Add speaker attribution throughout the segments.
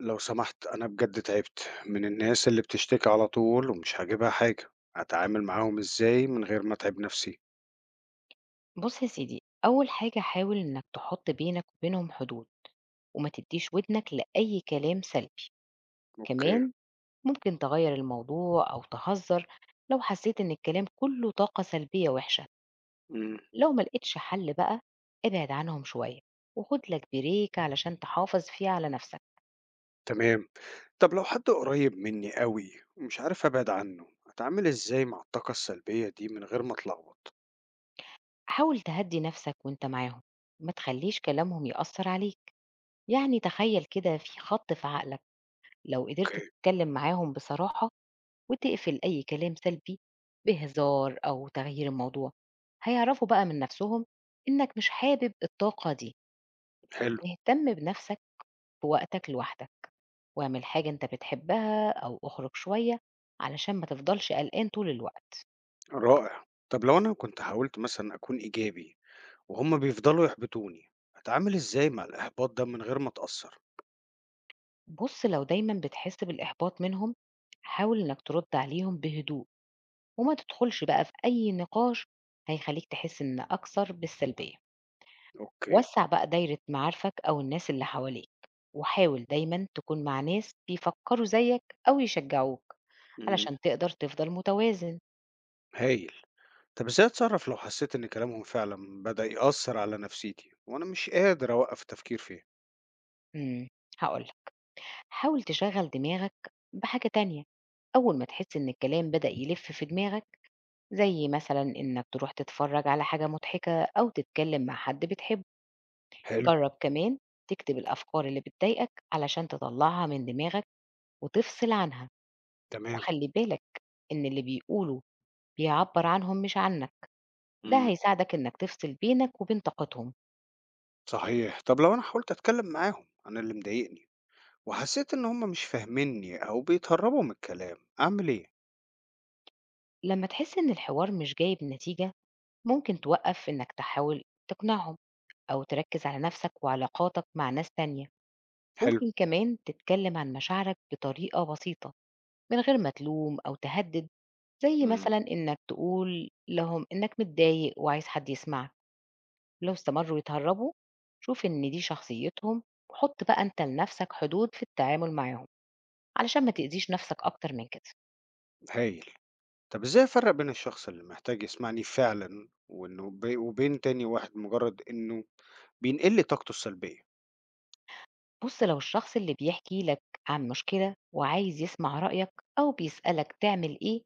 Speaker 1: لو سمحت، أنا بجد تعبت من الناس اللي بتشتكي على طول ومش هاجيبها حاجة. هتعامل معاهم إزاي من غير ما أتعب نفسي؟
Speaker 2: بُص يا سيدي، أول حاجة حاول إنك تحط بينك وبينهم حدود، وما تديش ودنك لأي كلام سلبي.
Speaker 1: أوكي.
Speaker 2: كمان ممكن تغيّر الموضوع أو تهزر لو حسيت إن الكلام كله طاقة سلبية وحشة.
Speaker 1: مم.
Speaker 2: لو ما لقيتش حل بقى ابعد عنهم شوية، وخد لك بريك علشان تحافظ فيه على نفسك.
Speaker 1: تمام. طب لو حد قريب مني قوي ومش عارف أبعد عنه، أتعامل إزاي مع الطاقة السلبية دي من غير ما أتلخبط؟
Speaker 2: حاول تهدّي نفسك وأنت معاهم، ما تخليش كلامهم يأثّر عليك، يعني تخيّل كده في خط في عقلك. لو قدرت
Speaker 1: أوكي.
Speaker 2: تتكلم معاهم بصراحة وتقفل أي كلام سلبي بهزار أو تغيير الموضوع، هيعرفوا بقى من نفسهم إنك مش حابب الطاقة دي.
Speaker 1: حلو.
Speaker 2: اهتم بنفسك في وقتك لوحدك، واعمل حاجة أنت بتحبها أو اخرج شوية علشان ما تفضلش قلقان طول الوقت.
Speaker 1: رائع. طب لو أنا كنت حاولت مثلا أكون إيجابي وهم بيفضلوا يحبطوني، أتعامل إزاي مع الإحباط ده من غير ما أتأثر؟
Speaker 2: بص، لو دايما بتحس بالإحباط منهم، حاول إنك ترد عليهم بهدوء وما تدخلش بقى في أي نقاش، هيخليك تحس إن أكثر بالسلبية.
Speaker 1: أوكي.
Speaker 2: وسّع بقى دايرة معارفك أو الناس اللي حواليك، وحاول دايمًا تكون مع ناس بيفكّروا زيّك أو يشجّعوك،
Speaker 1: مم.
Speaker 2: علشان تقدر تفضل متوازن.
Speaker 1: هايل. طب ازاي اتصرف لو حسيت ان كلامهم فعلا بدأ يأثر على نفسيتي وانا مش قادر اوقف التفكير فيه؟
Speaker 2: إمم، هاقول لك، حاول تشغّل دماغك بحاجة تانية، أول ما تحس إن الكلام بدأ يلِف في دماغك، زي مثلًا إنك تروح تتفرّج على حاجة مضحكة أو تتكلّم مع حد بتحبه.
Speaker 1: حلو.
Speaker 2: جرّب كمان تكتب الأفكار اللي بتضايقك علشان تطلّعها من دماغك وتفصل عنها،
Speaker 1: تمام.
Speaker 2: وخلّي بالك إن اللي بيقولوا بيعبّر عنهم مش عنك، ده
Speaker 1: امم.
Speaker 2: هيساعدك إنك تفصل بينك وبين طاقتهم.
Speaker 1: صحيح. طب لو انا حاولت اتكلم معاهم عن اللي مضايقني وحسيت ان هم مش فاهميني او بيتهربوا من الكلام، اعمل ايه؟
Speaker 2: لمّا تحس إن الحوار مش جايب نتيجة، ممكن توقّف إنك تحاول تقنعهم أو تركّز على نَفْسك وعلاقاتك مع ناس تانية.
Speaker 1: حلو.
Speaker 2: ممكن كمان تتكلّم عن مشاعرك بطريقة بسيطة من غير ما تلوم أو تهدّد، زي
Speaker 1: امم.
Speaker 2: مثلًا إنك تقول لهم إنك متضايق وعايز حد يسمعك. لو استمرّوا يتهرّبوا، شوف إن دي شخصيتهم، وحُط بقى أنت لنَفْسك حدود في التعامل معاهم، علشان ما تأذيش نَفْسك أكتر من كده.
Speaker 1: هايل. طب ازاي افرق بين الشخص اللي محتاج يسمعني فعلا وبين تاني واحد مجرد انه بينقل لي طاقته السلبية؟
Speaker 2: بُص، لو الشخص اللي بيحكي لك عن مشكلة وعايز يسمع رأيك أو بيسألك تعمل إيه،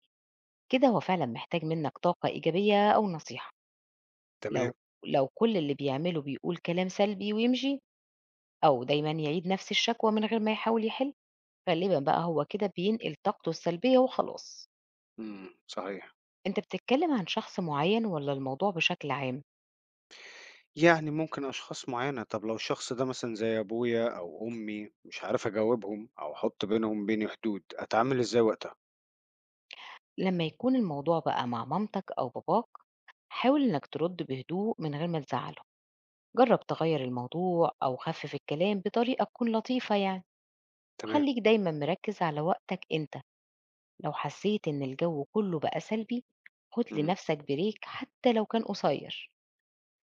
Speaker 2: كده هو فعلًا محتاج منك طاقة إيجابية أو نصيحة.
Speaker 1: تمام.
Speaker 2: لو لو كل اللي بيعمله بيقول كلام سلبي ويمشي، أو دايمًا يعيد نفس الشكوى من غير ما يحاول يحل، غالبًا بقى هو كده بينقل طاقته السلبية وخلاص.
Speaker 1: امم. صحيح.
Speaker 2: أنت بتتكلم عن شخص معين والّا الموضوع بشكل عام؟
Speaker 1: يعني ممكن أشخاص معينة. طب لو الشخص ده مثلًا زي أبويا أو أمي مش عارف أجاوبهم أو أحُط بينهم بيني حدود، أتعامل إزاي وقتها؟
Speaker 2: لمّا يكون الموضوع بقى مع مامتك أو باباك، حاول إنك ترد بهدوء من غير ما تزعله. جرب تغير الموضوع أو خفف الكلام بطريقة تكون لطيفة يعني.
Speaker 1: تمام.
Speaker 2: وخليك دايما مركز على وقتك أنت. لو حسيت إن الجو كله بقى سلبي، خد
Speaker 1: إمم.
Speaker 2: لنفسك بريك حتى لو كان قصير.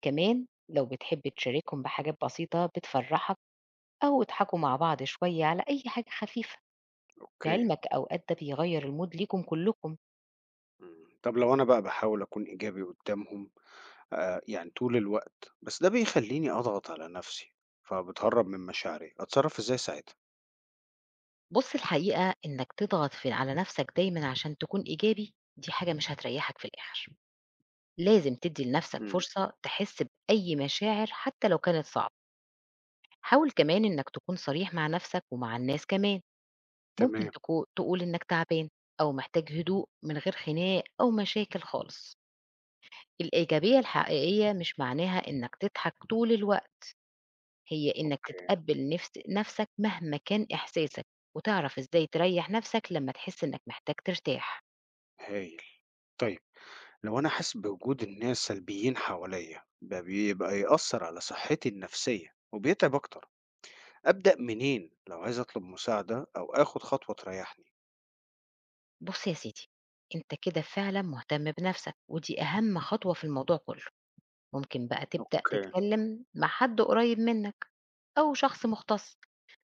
Speaker 2: كمان لو بتحب تشاركهم بحاجات بسيطة بتفرحك أو اضحكوا مع بعض شوية على أي حاجة خفيفة،
Speaker 1: أوكي.
Speaker 2: لعلمك أوقات ده بيغير المود ليكم كلكم.
Speaker 1: إمم. طب لو أنا بقى باحاول أكون إيجابي قدّامهم يعني طول الوقت، بس ده بيخلّيني أضغط على نفسي، فبتهرّب من مشاعري، أتصرّف إزاي ساعتها؟
Speaker 2: بص، الحقيقة إنك تضغط في على نفسك دايما عشان تكون إيجابي دي حاجة مش هتريحك في الآخر. لازم تدي لنفسك
Speaker 1: إمم.
Speaker 2: فرصة تحس بأي مشاعر حتى لو كانت صعبة. حاول كمان إنك تكون صريح مع نفسك ومع الناس كمان. ممكن
Speaker 1: تمام.
Speaker 2: تقول إنك تعبان أو محتاج هدوء من غير خناق أو مشاكل خالص. الإيجابية الحقيقية مش معناها إنك تضحك طول الوقت، هي إنك
Speaker 1: أوكي.
Speaker 2: تتقبل نفس نفسك مهما كان إحساسك، وتعرف إزاي تريح نفسك لما تحس إنك محتاج ترتاح.
Speaker 1: هايل. طيب، لو أنا حاسس بوجود الناس سلبيين حواليّا، ده بيبقى يأثّر على صحّتي النفسية وبيتعب أكتر. أبدأ منين لو عايز أطلب مساعدة أو آخد خطوة تريحني؟
Speaker 2: بص يا سيدي، أنت كده فعلا مهتم بنفسك ودي أهم خطوة في الموضوع كله. ممكن بقى تبدأ
Speaker 1: اوكي.
Speaker 2: تتكلم مع حد قريب منك أو شخص مختص،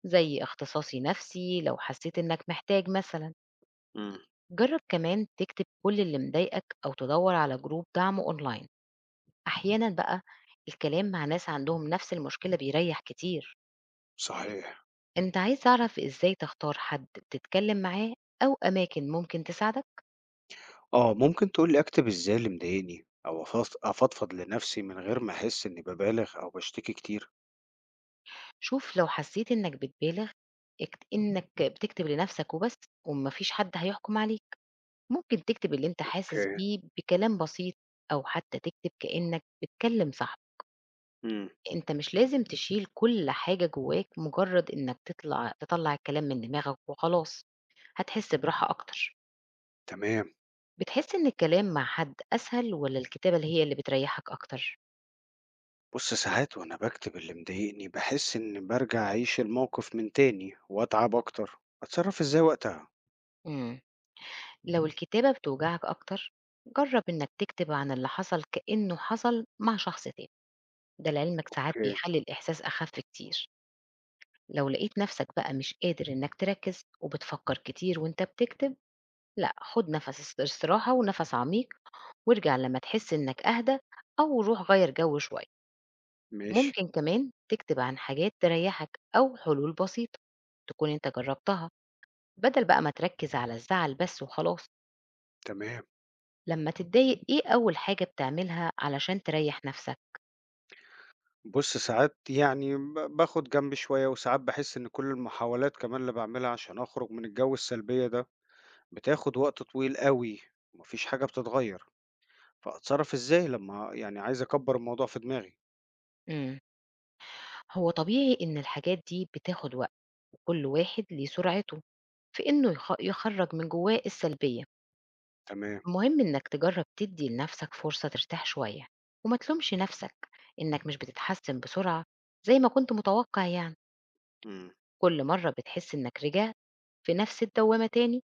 Speaker 2: زي اختصاصي نفسي لو حسيت إنك محتاج مثلا.
Speaker 1: امم.
Speaker 2: جرب كمان تكتب كل اللي مضايقك أو تدور على جروب دعم أونلاين. أحيانا بقى الكلام مع ناس عندهم نفس المشكلة بيريح كتير.
Speaker 1: صحيح.
Speaker 2: أنت عايز تعرف إزاي تختار حد تتكلم معاه أو أماكن ممكن تساعدك؟
Speaker 1: آه، ممكن تقولي أكتب إزاي اللي مضايقني أو أفضفض لنفسي من غير ما أحس إني ببالغ أو بشتكي كتير؟
Speaker 2: شوف، لو حسيت إنك بتبالغ، إنك بتكتب لنفسك وبس، ومفيش حد هيحكم عليك. ممكن تكتب اللي أنت حاسس
Speaker 1: اوكي.
Speaker 2: بيه بكلام بسيط، أو حتى تكتب كأنك بتكلم صاحبك.
Speaker 1: امم.
Speaker 2: أنت مش لازم تشيل كل حاجة جواك، مجرد إنك تطلع الكلام من دماغك وخلاص، هتحس براحة أكتر.
Speaker 1: تمام.
Speaker 2: بتحس إن الكلام مع حد أسهل ولا الكتابة اللي هي اللي بتريحك أكتر؟
Speaker 1: بص، ساعات وأنا بكتب اللي مضايقني بحس إني برجع أعيش الموقف من تاني وأتعب أكتر، أتصرف إزاي وقتها؟
Speaker 2: إمم، لو الكتابة بتوجعك أكتر، جرب إنك تكتب عن اللي حصل كأنه حصل مع شخص تاني، ده لعلمك ساعات
Speaker 1: اوكي.
Speaker 2: بيخلي الإحساس أخف كتير. لو لقيت نفسك بقى مش قادر إنك تركز وبتفكر كتير وأنت بتكتب، لأ خد نفس استراحة ونفس عميق، وارجع لما تحس إنك أهدى، أو روح غير جو شوية.
Speaker 1: ماشي.
Speaker 2: ممكن كمان تكتب عن حاجات تريحك أو حلول بسيطة تكون أنت جربتها، بدل بقى ما تركز على الزعل بس وخلاص.
Speaker 1: تمام.
Speaker 2: لما تتضايق إيه أول حاجة بتعملها علشان تريح نفسك؟
Speaker 1: بُص، ساعات يعني باخد جنب شوية، وساعات باحس إن كل المحاولات كمان اللي باعملها عشان أخرج من الجو السلبية ده، بتاخد وقت طويل أوي وما فيش حاجة بتتغيّر، فأتصرّف إزاي لمّا يعني عايز أكبّر الموضوع في دماغي؟
Speaker 2: مم. هو طبيعي إن الحاجات دي بتاخد وقت، وكل واحد ليه سرعته في إنه يخرج من جواه السلبية.
Speaker 1: تمام.
Speaker 2: المهم إنك تجرب تدي لنفسك فرصة ترتاح شوية، وما تلومش نفسك إنك مش بتتحسن بسرعة زي ما كنت متوقع يعني.
Speaker 1: إمم.
Speaker 2: كل مرة بتحس إنك رجعت في نفس الدوامة تاني،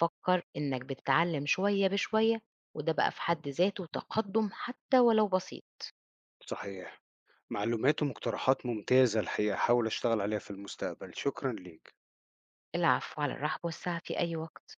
Speaker 2: فكر إنك بتتعلم شوية بشوية، وده بقى في حد ذاته تقدم حتى ولو بسيط.
Speaker 1: صحيح. معلومات ومقترحات ممتازة الحقيقة، هاحاول أشتغل عليها في المستقبل. شكرًا ليك.
Speaker 2: العفو، على الرحب والسعة في أي وقت.